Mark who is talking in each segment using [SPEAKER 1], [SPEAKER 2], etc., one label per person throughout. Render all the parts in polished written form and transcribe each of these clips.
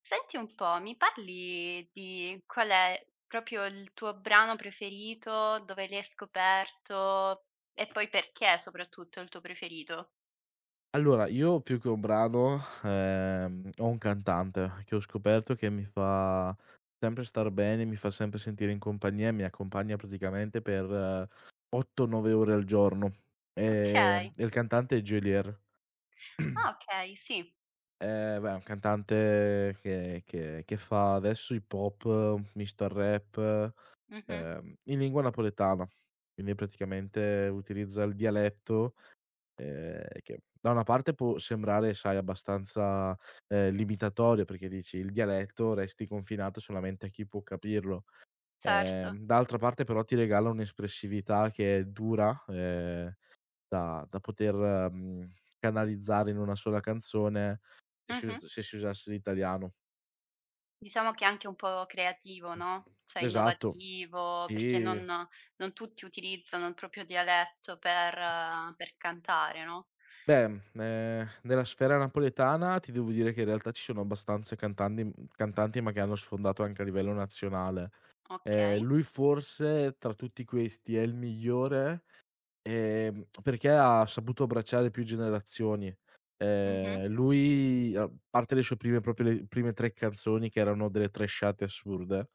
[SPEAKER 1] Senti un po', mi parli di qual è proprio il tuo brano preferito, dove l'hai scoperto e poi perché soprattutto è il tuo preferito?
[SPEAKER 2] Allora, io più che un brano, ho un cantante che ho scoperto che mi fa sempre star bene, mi fa sempre sentire in compagnia e mi accompagna praticamente per 8, 9 ore al giorno.
[SPEAKER 1] Okay.
[SPEAKER 2] E il cantante è Geolier.
[SPEAKER 1] Ah, okay, sì.
[SPEAKER 2] Beh, è un cantante che fa adesso hip hop, misto al rap,
[SPEAKER 1] Mh-mh.
[SPEAKER 2] in lingua napoletana, quindi praticamente utilizza il dialetto, che da una parte può sembrare, sai, abbastanza, limitatorio perché dici: "Il dialetto resti confinato solamente a chi può capirlo".
[SPEAKER 1] Certo.
[SPEAKER 2] D'altra parte però ti regala un'espressività che è dura, da poter, canalizzare in una sola canzone
[SPEAKER 1] Mh-mh.
[SPEAKER 2] se si usasse l'italiano.
[SPEAKER 1] Diciamo che è anche un po' creativo, no, cioè
[SPEAKER 2] Esatto,
[SPEAKER 1] innovativo, perché
[SPEAKER 2] sì.
[SPEAKER 1] non tutti utilizzano il proprio dialetto per cantare, no?
[SPEAKER 2] Beh, nella sfera napoletana ti devo dire che in realtà ci sono abbastanza cantanti, ma che hanno sfondato anche a livello nazionale.
[SPEAKER 1] Okay.
[SPEAKER 2] Lui forse tra tutti questi è il migliore, perché ha saputo abbracciare più generazioni.
[SPEAKER 1] Mh-mh.
[SPEAKER 2] Lui a parte le prime 3 canzoni che erano delle trashate assurde,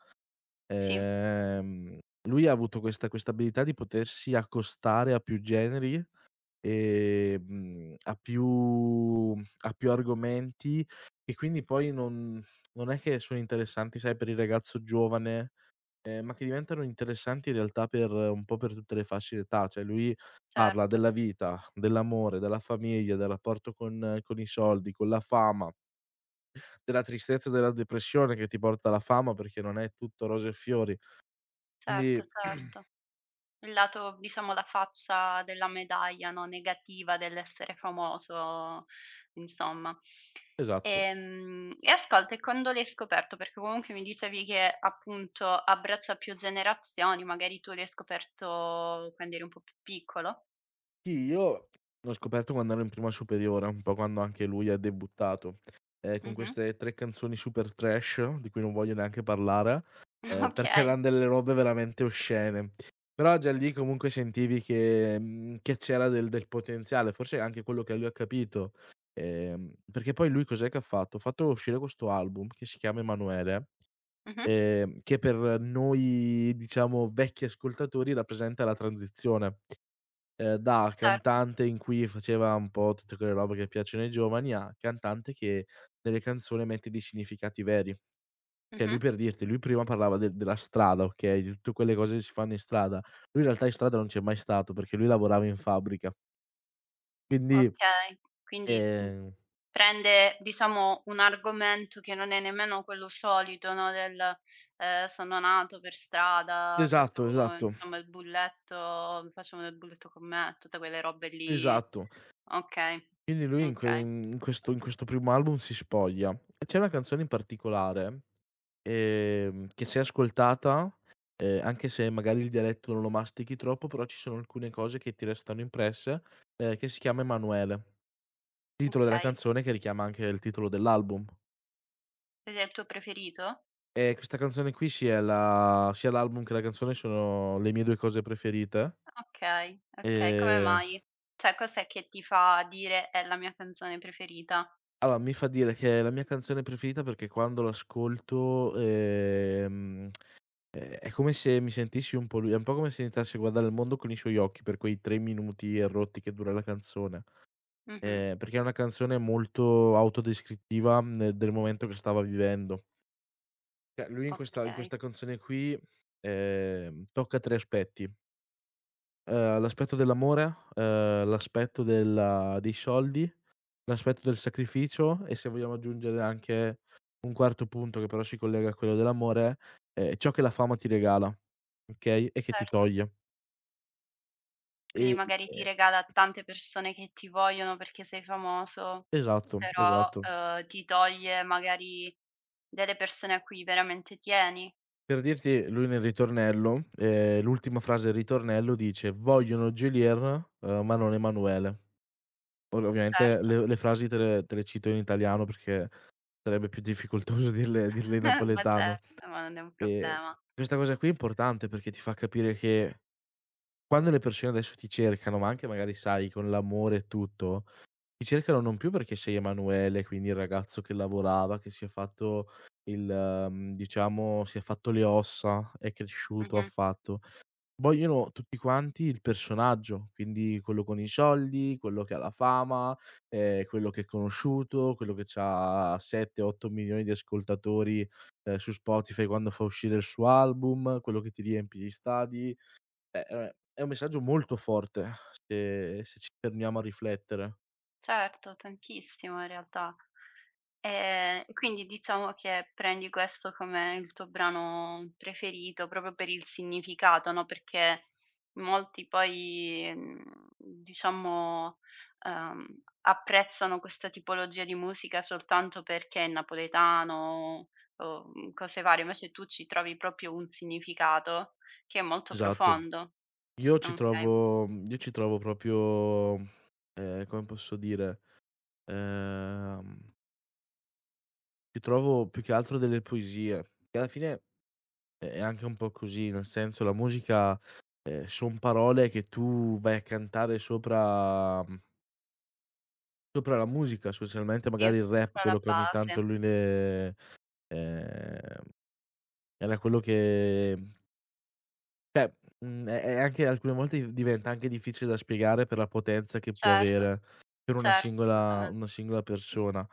[SPEAKER 1] Sì,
[SPEAKER 2] ehm, lui ha avuto questa abilità di potersi accostare a più generi, ehm, a più a più argomenti, e quindi poi non è che sono interessanti, sai, per il ragazzo giovane. Ma che diventano interessanti in realtà per un po' per tutte le fasce d'età, cioè lui parla
[SPEAKER 1] certo,
[SPEAKER 2] della vita, dell'amore, della famiglia, del rapporto con i soldi, con la fama, della tristezza e della depressione che ti porta la fama perché non è tutto rose e fiori.
[SPEAKER 1] certo,
[SPEAKER 2] Quindi.
[SPEAKER 1] certo. Il lato diciamo la faccia della medaglia, no, negativa dell'essere famoso, insomma.
[SPEAKER 2] Esatto.
[SPEAKER 1] E ascolta, e quando l'hai scoperto? Perché comunque mi dicevi che appunto abbraccia più generazioni, magari tu l'hai scoperto quando eri un po' più piccolo.
[SPEAKER 2] Sì, io l'ho scoperto quando ero in prima superiore, un po' quando anche lui ha debuttato, con
[SPEAKER 1] Mh-mh.
[SPEAKER 2] queste 3 canzoni super trash, di cui non voglio neanche parlare, perché
[SPEAKER 1] Okay.
[SPEAKER 2] eran delle robe veramente oscene. Però già lì comunque sentivi che c'era del potenziale, forse è anche quello che lui ha capito, perché poi lui cos'è che ha fatto? Ha fatto uscire questo album che si chiama Emanuele,
[SPEAKER 1] Mh-mh.
[SPEAKER 2] che per noi diciamo vecchi ascoltatori rappresenta la transizione, da
[SPEAKER 1] Certo.
[SPEAKER 2] cantante in cui faceva un po' tutte quelle robe che piacciono ai giovani, a cantante che nelle canzoni mette dei significati veri. Cioè lui
[SPEAKER 1] Mh-mh.
[SPEAKER 2] per dirti, lui prima parlava de della strada, okay, di tutte quelle cose che si fanno in strada. Lui in realtà in strada non c'è mai stato, perché lui lavorava in fabbrica. Quindi,
[SPEAKER 1] Okay. Quindi mh
[SPEAKER 2] ehm
[SPEAKER 1] Prende diciamo un argomento che non è nemmeno quello solito, no, del, sono nato per strada,
[SPEAKER 2] esatto,
[SPEAKER 1] facevo
[SPEAKER 2] esatto,
[SPEAKER 1] insomma il bulletto facevo del bulletto con me, tutte quelle robe lì.
[SPEAKER 2] esatto.
[SPEAKER 1] Okay,
[SPEAKER 2] Quindi lui in que
[SPEAKER 1] okay,
[SPEAKER 2] in questo in questo primo album si spoglia. E c'è una canzone in particolare, che se ascoltata, anche se magari il dialetto non lo mastichi troppo, però ci sono alcune cose che ti restano impresse, che si chiama "Emanuele", titolo della
[SPEAKER 1] okay.
[SPEAKER 2] canzone che richiama anche il titolo dell'album.
[SPEAKER 1] Ed è il tuo preferito?
[SPEAKER 2] E questa canzone qui, sia l'album che la canzone, sono le mie 2 cose preferite.
[SPEAKER 1] Okay, okay. Come
[SPEAKER 2] Ehm,
[SPEAKER 1] mai? Cioè cos'è che ti fa dire: "È la mia canzone preferita"?
[SPEAKER 2] allora mi fa dire che è la mia canzone preferita perché quando l'ascolto, è come se mi sentissi un po' lui, è un po' come se iniziassi a guardare il mondo con i suoi occhi per quei 3 minuti e rotti che dura la canzone,
[SPEAKER 1] Mh-mh,
[SPEAKER 2] perché è una canzone molto autodescrittiva, del momento che stava vivendo. Cioè lui in questa in
[SPEAKER 1] okay,
[SPEAKER 2] questa canzone qui, tocca 3 aspetti, l'aspetto dell'amore, l'aspetto della dei soldi, l'aspetto del sacrificio, e se vogliamo aggiungere anche un quarto punto che però si collega a quello dell'amore, ciò che la fama ti regala, okay, e che ti
[SPEAKER 1] certo.
[SPEAKER 2] toglie.
[SPEAKER 1] Quindi
[SPEAKER 2] Ehm,
[SPEAKER 1] magari ti regala tante persone che ti vogliono perché sei famoso,
[SPEAKER 2] esatto,
[SPEAKER 1] però,
[SPEAKER 2] esatto.
[SPEAKER 1] ti toglie magari delle persone a cui veramente tieni.
[SPEAKER 2] Per dirti, lui nel ritornello, l'ultima frase del ritornello dice: "Vogliono Geolier, ma non Emanuele." Ora ovviamente
[SPEAKER 1] Certo,
[SPEAKER 2] le frasi te le cito in italiano perché sarebbe più difficoltoso dirle in
[SPEAKER 1] ma
[SPEAKER 2] napoletano.
[SPEAKER 1] certo, ma non è un
[SPEAKER 2] Ehm,
[SPEAKER 1] problema.
[SPEAKER 2] Questa cosa qui è importante perché ti fa capire che quando le persone adesso ti cercano, ma anche magari sai con l'amore e tutto, ti cercano non più perché sei Emanuele, quindi il ragazzo che lavorava, che si è fatto il mhmm, diciamo si è fatto le ossa, è cresciuto, ha
[SPEAKER 1] Mh-mh.
[SPEAKER 2] fatto. Vogliono tutti quanti il personaggio, quindi quello con i soldi, quello che ha la fama, quello che è conosciuto, quello che c'ha 7, 8 milioni di ascoltatori, su Spotify quando fa uscire il suo album, quello che ti riempie gli stadi. È un messaggio molto forte se ci fermiamo a riflettere.
[SPEAKER 1] Certo, tantissimo in realtà. Quindi diciamo che prendi questo come il tuo brano preferito proprio per il significato, no, perché molti poi, diciamo, apprezzano questa tipologia di musica soltanto perché è napoletano o, cose varie, invece tu ci trovi proprio un significato che è molto
[SPEAKER 2] Esatto.
[SPEAKER 1] profondo. Okay.
[SPEAKER 2] Io ci trovo proprio, come posso dire, ehm, ci trovo più che altro delle poesie, che alla fine è anche un po' così, nel senso la musica, son parole che tu vai a cantare sopra la musica, specialmente
[SPEAKER 1] Sì,
[SPEAKER 2] magari il rap,
[SPEAKER 1] proprio
[SPEAKER 2] quello
[SPEAKER 1] alla
[SPEAKER 2] che ogni tanto
[SPEAKER 1] base.
[SPEAKER 2] lui le, ehm, era quello che. Cioè, è anche, alcune volte diventa anche difficile da spiegare per la potenza che può
[SPEAKER 1] Certo,
[SPEAKER 2] avere per una
[SPEAKER 1] certo,
[SPEAKER 2] singola
[SPEAKER 1] assolutame
[SPEAKER 2] una singola persona.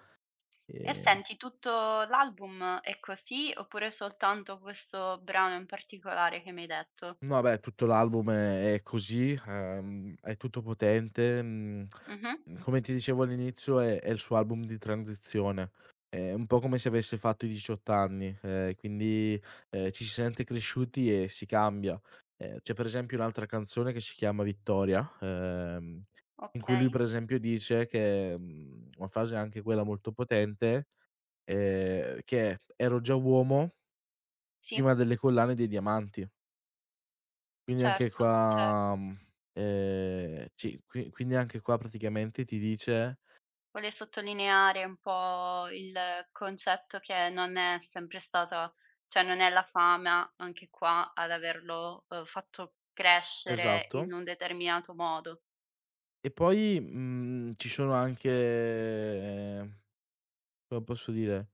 [SPEAKER 1] e
[SPEAKER 2] Ehm,
[SPEAKER 1] senti, tutto l'album è così oppure soltanto questo brano in particolare che mi hai detto?
[SPEAKER 2] no, beh, tutto l'album è così, è tutto potente,
[SPEAKER 1] Mh-mh.
[SPEAKER 2] Come ti dicevo all'inizio è il suo album di transizione. È un po' come se avesse fatto i 18 anni, quindi, ci si sente cresciuti e si cambia. C'è per esempio un'altra canzone che si chiama Vittoria, in cui lui
[SPEAKER 1] Okay.
[SPEAKER 2] per esempio dice una frase anche quella molto potente, che è: "Ero già uomo prima
[SPEAKER 1] Sì,
[SPEAKER 2] delle collane e dei diamanti". Quindi anche
[SPEAKER 1] certo, certo.
[SPEAKER 2] qua, praticamente ti dice.
[SPEAKER 1] Vuole sottolineare un po' il concetto che non è sempre stata cioè non è la fama anche qua ad averlo, fatto crescere
[SPEAKER 2] Esatto.
[SPEAKER 1] in un determinato modo.
[SPEAKER 2] E poi, ci sono anche, come posso dire,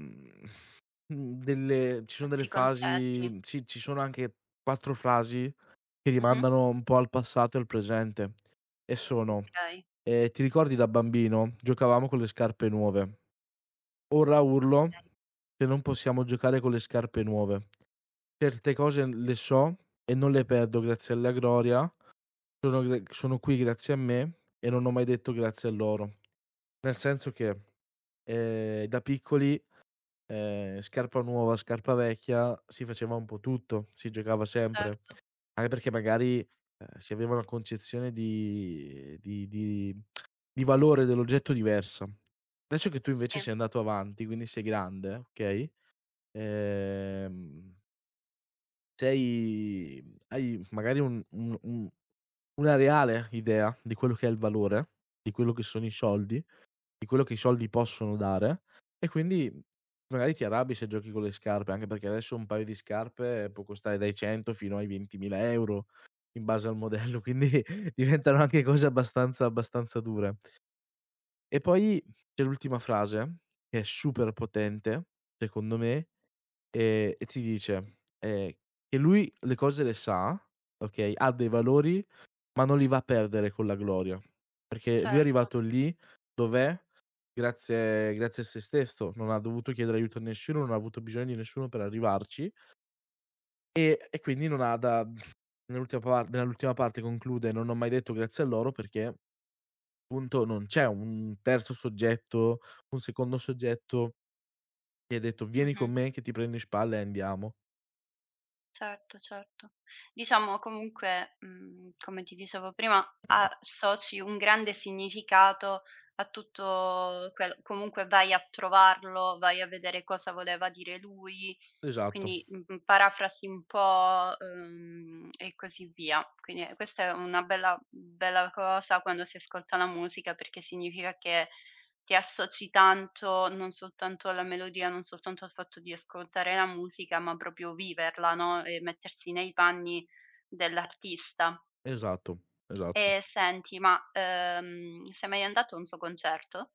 [SPEAKER 2] mhmm, mhmm, delle ci sono delle
[SPEAKER 1] Altri concetti.
[SPEAKER 2] frasi, sì, ci sono anche 4 frasi che
[SPEAKER 1] Mh-mh.
[SPEAKER 2] rimandano un po' al passato e al presente, e sono:
[SPEAKER 1] Okay,
[SPEAKER 2] "Ti ricordi da bambino giocavamo con le scarpe nuove. Ora urlo
[SPEAKER 1] okay,
[SPEAKER 2] che non possiamo giocare con le scarpe nuove. Certe cose le so e non le perdo grazie alla gloria, sono qui grazie a me e non ho mai detto grazie a loro." Nel senso che, da piccoli, scarpa nuova, scarpa vecchia, si faceva un po' tutto, si giocava sempre.
[SPEAKER 1] certo,
[SPEAKER 2] Anche perché magari, si aveva una concezione di valore dell'oggetto diversa. Adesso che tu invece
[SPEAKER 1] sì,
[SPEAKER 2] sei andato avanti, quindi sei grande, okay, ehm, sei hai magari un una reale idea di quello che è il valore, di quello che sono i soldi. Di quello che i soldi possono dare, e quindi magari ti arrabbi se giochi con le scarpe, anche perché adesso un paio di scarpe può costare dai 100 fino ai 20.000 € in base al modello, quindi diventano anche cose abbastanza, abbastanza dure. E poi c'è l'ultima frase che è super potente secondo me, e ti dice, che lui le cose le sa, okay, ha dei valori, ma non li va a perdere con la gloria, perché lui è
[SPEAKER 1] certo.
[SPEAKER 2] arrivato lì dov'è. Grazie a sé stesso, non ha dovuto chiedere aiuto a nessuno, non ha avuto bisogno di nessuno per arrivarci, e quindi non ha da nell'ultima par nell'ultima parte conclude: "Non ho mai detto grazie a loro", perché appunto non c'è un terzo soggetto, un secondo soggetto che hai detto: "Vieni con
[SPEAKER 1] Mh-mh.
[SPEAKER 2] me che ti prendo in spalla e andiamo."
[SPEAKER 1] Certo, certo. Diciamo comunque, come ti dicevo prima, associ un grande significato a tutto quel comunque vai a trovarlo, vai a vedere cosa voleva dire lui,
[SPEAKER 2] Esatto,
[SPEAKER 1] quindi, parafrasi un po', e così via. Quindi, questa è una bella bella cosa quando si ascolta la musica, perché significa che ti associ tanto, non soltanto alla melodia, non soltanto al fatto di ascoltare la musica, ma proprio viverla, no, e mettersi nei panni dell'artista.
[SPEAKER 2] esatto, esatto.
[SPEAKER 1] E senti, ma, sei mai andato a un suo concerto?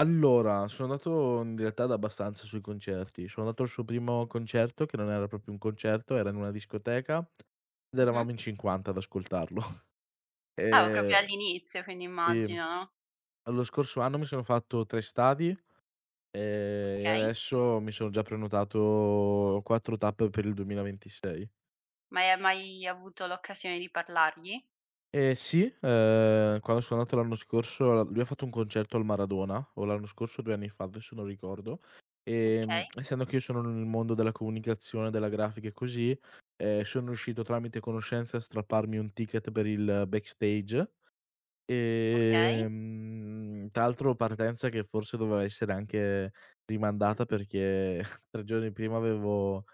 [SPEAKER 2] Allora, sono andato in realtà ad abbastanza sui concerti. Sono andato al suo primo concerto, che non era proprio un concerto, era in una discoteca ed
[SPEAKER 1] Mh-mh.
[SPEAKER 2] eravamo in 50 ad ascoltarlo.
[SPEAKER 1] Ah, proprio
[SPEAKER 2] Ehm,
[SPEAKER 1] all'inizio, quindi
[SPEAKER 2] sì,
[SPEAKER 1] immagino, no,
[SPEAKER 2] lo scorso anno mi sono fatto 3 stadi, e
[SPEAKER 1] okay.
[SPEAKER 2] adesso mi sono già prenotato 4 tappe per il 2026.
[SPEAKER 1] Ma hai mai avuto l'occasione di parlargli?
[SPEAKER 2] Sì, quando sono andato l'anno scorso l lui ha fatto un concerto al Maradona, o l'anno scorso o 2 anni fa, adesso non ricordo.
[SPEAKER 1] Okay,
[SPEAKER 2] Essendo che io sono nel mondo della comunicazione, della grafica e così, sono riuscito tramite conoscenze a strapparmi un ticket per il backstage.
[SPEAKER 1] okay.
[SPEAKER 2] Tra l'altro partenza che forse doveva essere anche rimandata perché 3 giorni prima avevo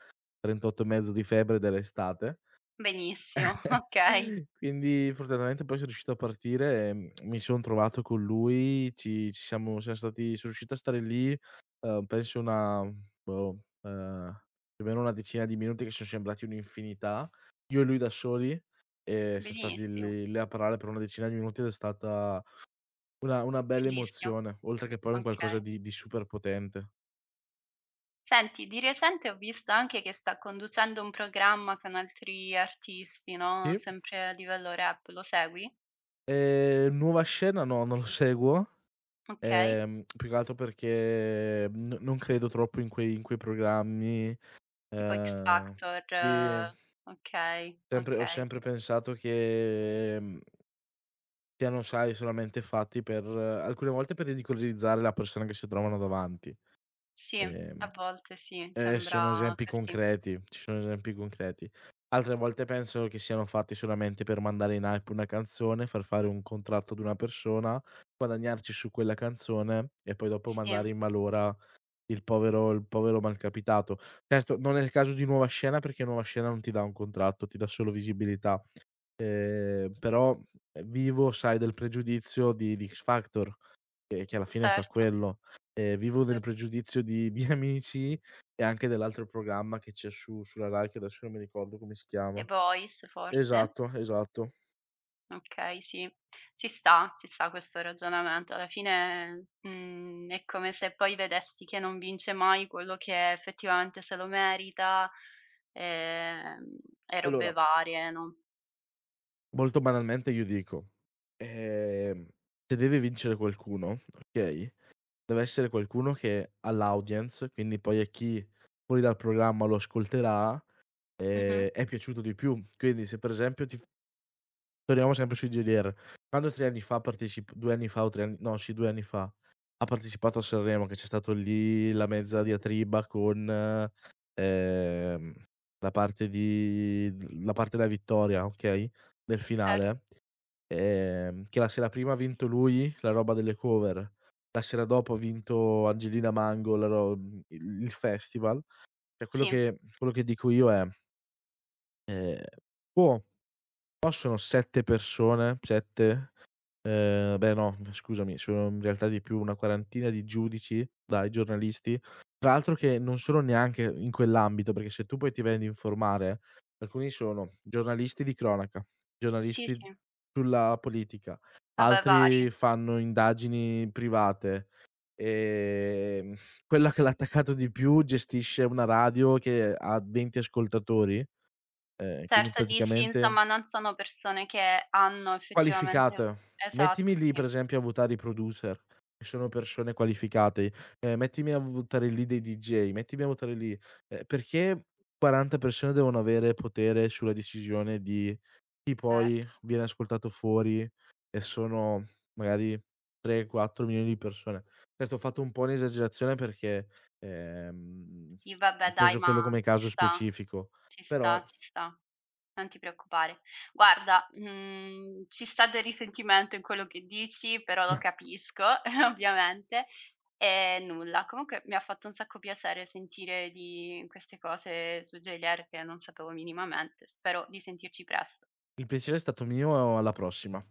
[SPEAKER 2] 38 e mezzo di febbre ed era estate.
[SPEAKER 1] Benissimo, okay,
[SPEAKER 2] Quindi fortunatamente poi son riuscito a partire, mi son trovato con lui, ci ci siamo siam stati son riuscito a stare lì, penso una, boh, ehm, più o meno una decina di minuti che son sembrati un'infinità, io e lui da soli, e siam stati
[SPEAKER 1] benissimo,
[SPEAKER 2] lì a parlare per una decina di minuti, ed è stata una bella
[SPEAKER 1] bellissimo,
[SPEAKER 2] emozione, oltre che poi un qualcosa
[SPEAKER 1] okay.
[SPEAKER 2] di super potente.
[SPEAKER 1] Senti, di recente ho visto anche che sta conducendo un programma con altri artisti, no,
[SPEAKER 2] Sì.
[SPEAKER 1] sempre a livello rap, lo segui?
[SPEAKER 2] Nuova Scena no, non lo seguo.
[SPEAKER 1] Okay,
[SPEAKER 2] Più che altro perché n non credo troppo in quei programmi,
[SPEAKER 1] tipo X
[SPEAKER 2] ehm,
[SPEAKER 1] Factor
[SPEAKER 2] sì,
[SPEAKER 1] okay,
[SPEAKER 2] sempre ho
[SPEAKER 1] okay.
[SPEAKER 2] sempre pensato che, siano, sai, solamente fatti per, alcune volte per ridicolizzare la persona che si trovano davanti,
[SPEAKER 1] Sì,
[SPEAKER 2] ehm,
[SPEAKER 1] a volte sì,
[SPEAKER 2] e
[SPEAKER 1] sembra
[SPEAKER 2] sono esempi
[SPEAKER 1] così.
[SPEAKER 2] concreti, ci sono esempi concreti. Altre volte penso che siano fatti solamente per mandare in hype una canzone, far fare un contratto ad una persona, guadagnarci su quella canzone e poi dopo
[SPEAKER 1] Sì, sì,
[SPEAKER 2] mandare in malora il povero malcapitato. Certo, non è il caso di Nuova Scena, perché Nuova Scena non ti dà un contratto, ti dà solo visibilità. Però, vivo, sai, del pregiudizio di X Factor, che alla fine fa
[SPEAKER 1] certo,
[SPEAKER 2] quello. Vivo del
[SPEAKER 1] certo.
[SPEAKER 2] pregiudizio di Amici e anche dell'altro programma che c'è su sulla Rai, che adesso non mi ricordo come si
[SPEAKER 1] The
[SPEAKER 2] chiama.
[SPEAKER 1] Voice forse?
[SPEAKER 2] Esatto, esatto.
[SPEAKER 1] Okay, sì. Ci sta questo ragionamento. Alla fine, è come se poi vedessi che non vince mai quello che effettivamente se lo merita, ehm, e robe
[SPEAKER 2] Allora,
[SPEAKER 1] varie, no.
[SPEAKER 2] molto banalmente io dico, ehm, se deve vincere qualcuno, okay? Deve essere qualcuno che ha l'audience, quindi poi a chi fuori dal programma lo ascolterà,
[SPEAKER 1] Mh-mh,
[SPEAKER 2] è piaciuto di più. Quindi se per esempio ti f torniamo sempre sui GDR, quando 3 anni fa partecip 2 anni fa o 3 anni no sì 2 anni fa, ha partecipato a Sanremo, che c'è stato lì la mezza diatriba con, ehm, la parte di la parte della vittoria, okay, del
[SPEAKER 1] certo.
[SPEAKER 2] finale, che la sera prima ha vinto lui la roba delle cover, la sera dopo ha vinto Angelina Mango la ro, il festival. Cioè
[SPEAKER 1] Sì,
[SPEAKER 2] quello che dico io è, ehm, può. No, sono 7 persone, 7, beh no, scusami, sono in realtà di più, una quarantina di giudici, dai, giornalisti, tra l'altro che non sono neanche in quell'ambito, perché se tu poi ti vai ad informare, alcuni sono giornalisti di cronaca,
[SPEAKER 1] sì,
[SPEAKER 2] giornalisti
[SPEAKER 1] sì.
[SPEAKER 2] sulla politica,
[SPEAKER 1] Vabbè, vari.
[SPEAKER 2] altri fanno indagini private, ehm, quella che l'ha attaccato di più gestisce una radio che ha 20 ascoltatori, quindi
[SPEAKER 1] Certo, dici
[SPEAKER 2] praticamente.
[SPEAKER 1] insomma non sono persone che hanno effettivamente
[SPEAKER 2] Qualificate.
[SPEAKER 1] esatto,
[SPEAKER 2] Mettimi lì
[SPEAKER 1] sì,
[SPEAKER 2] per esempio a votare i producer, che sono persone qualificate, mettimi a votare lì dei DJ, mettimi a votare lì perché 40 persone devono avere potere sulla decisione di chi poi
[SPEAKER 1] certo.
[SPEAKER 2] viene ascoltato fuori, e sono magari 3, 4 milioni di persone. Certo ho fatto un po' un'esagerazione perché, ehm,
[SPEAKER 1] Sì,
[SPEAKER 2] ho
[SPEAKER 1] vabbè dai,
[SPEAKER 2] preso quello
[SPEAKER 1] ma
[SPEAKER 2] come
[SPEAKER 1] ci
[SPEAKER 2] caso
[SPEAKER 1] sta,
[SPEAKER 2] specifico,
[SPEAKER 1] ci
[SPEAKER 2] però
[SPEAKER 1] sta, ci sta. Non ti preoccupare. Guarda, ci sta del risentimento in quello che dici, però lo capisco ovviamente. E nulla, comunque mi ha fatto un sacco piacere sentire di queste cose su Geolier che non sapevo minimamente. Spero di sentirci presto.
[SPEAKER 2] il piacere è stato mio, alla prossima.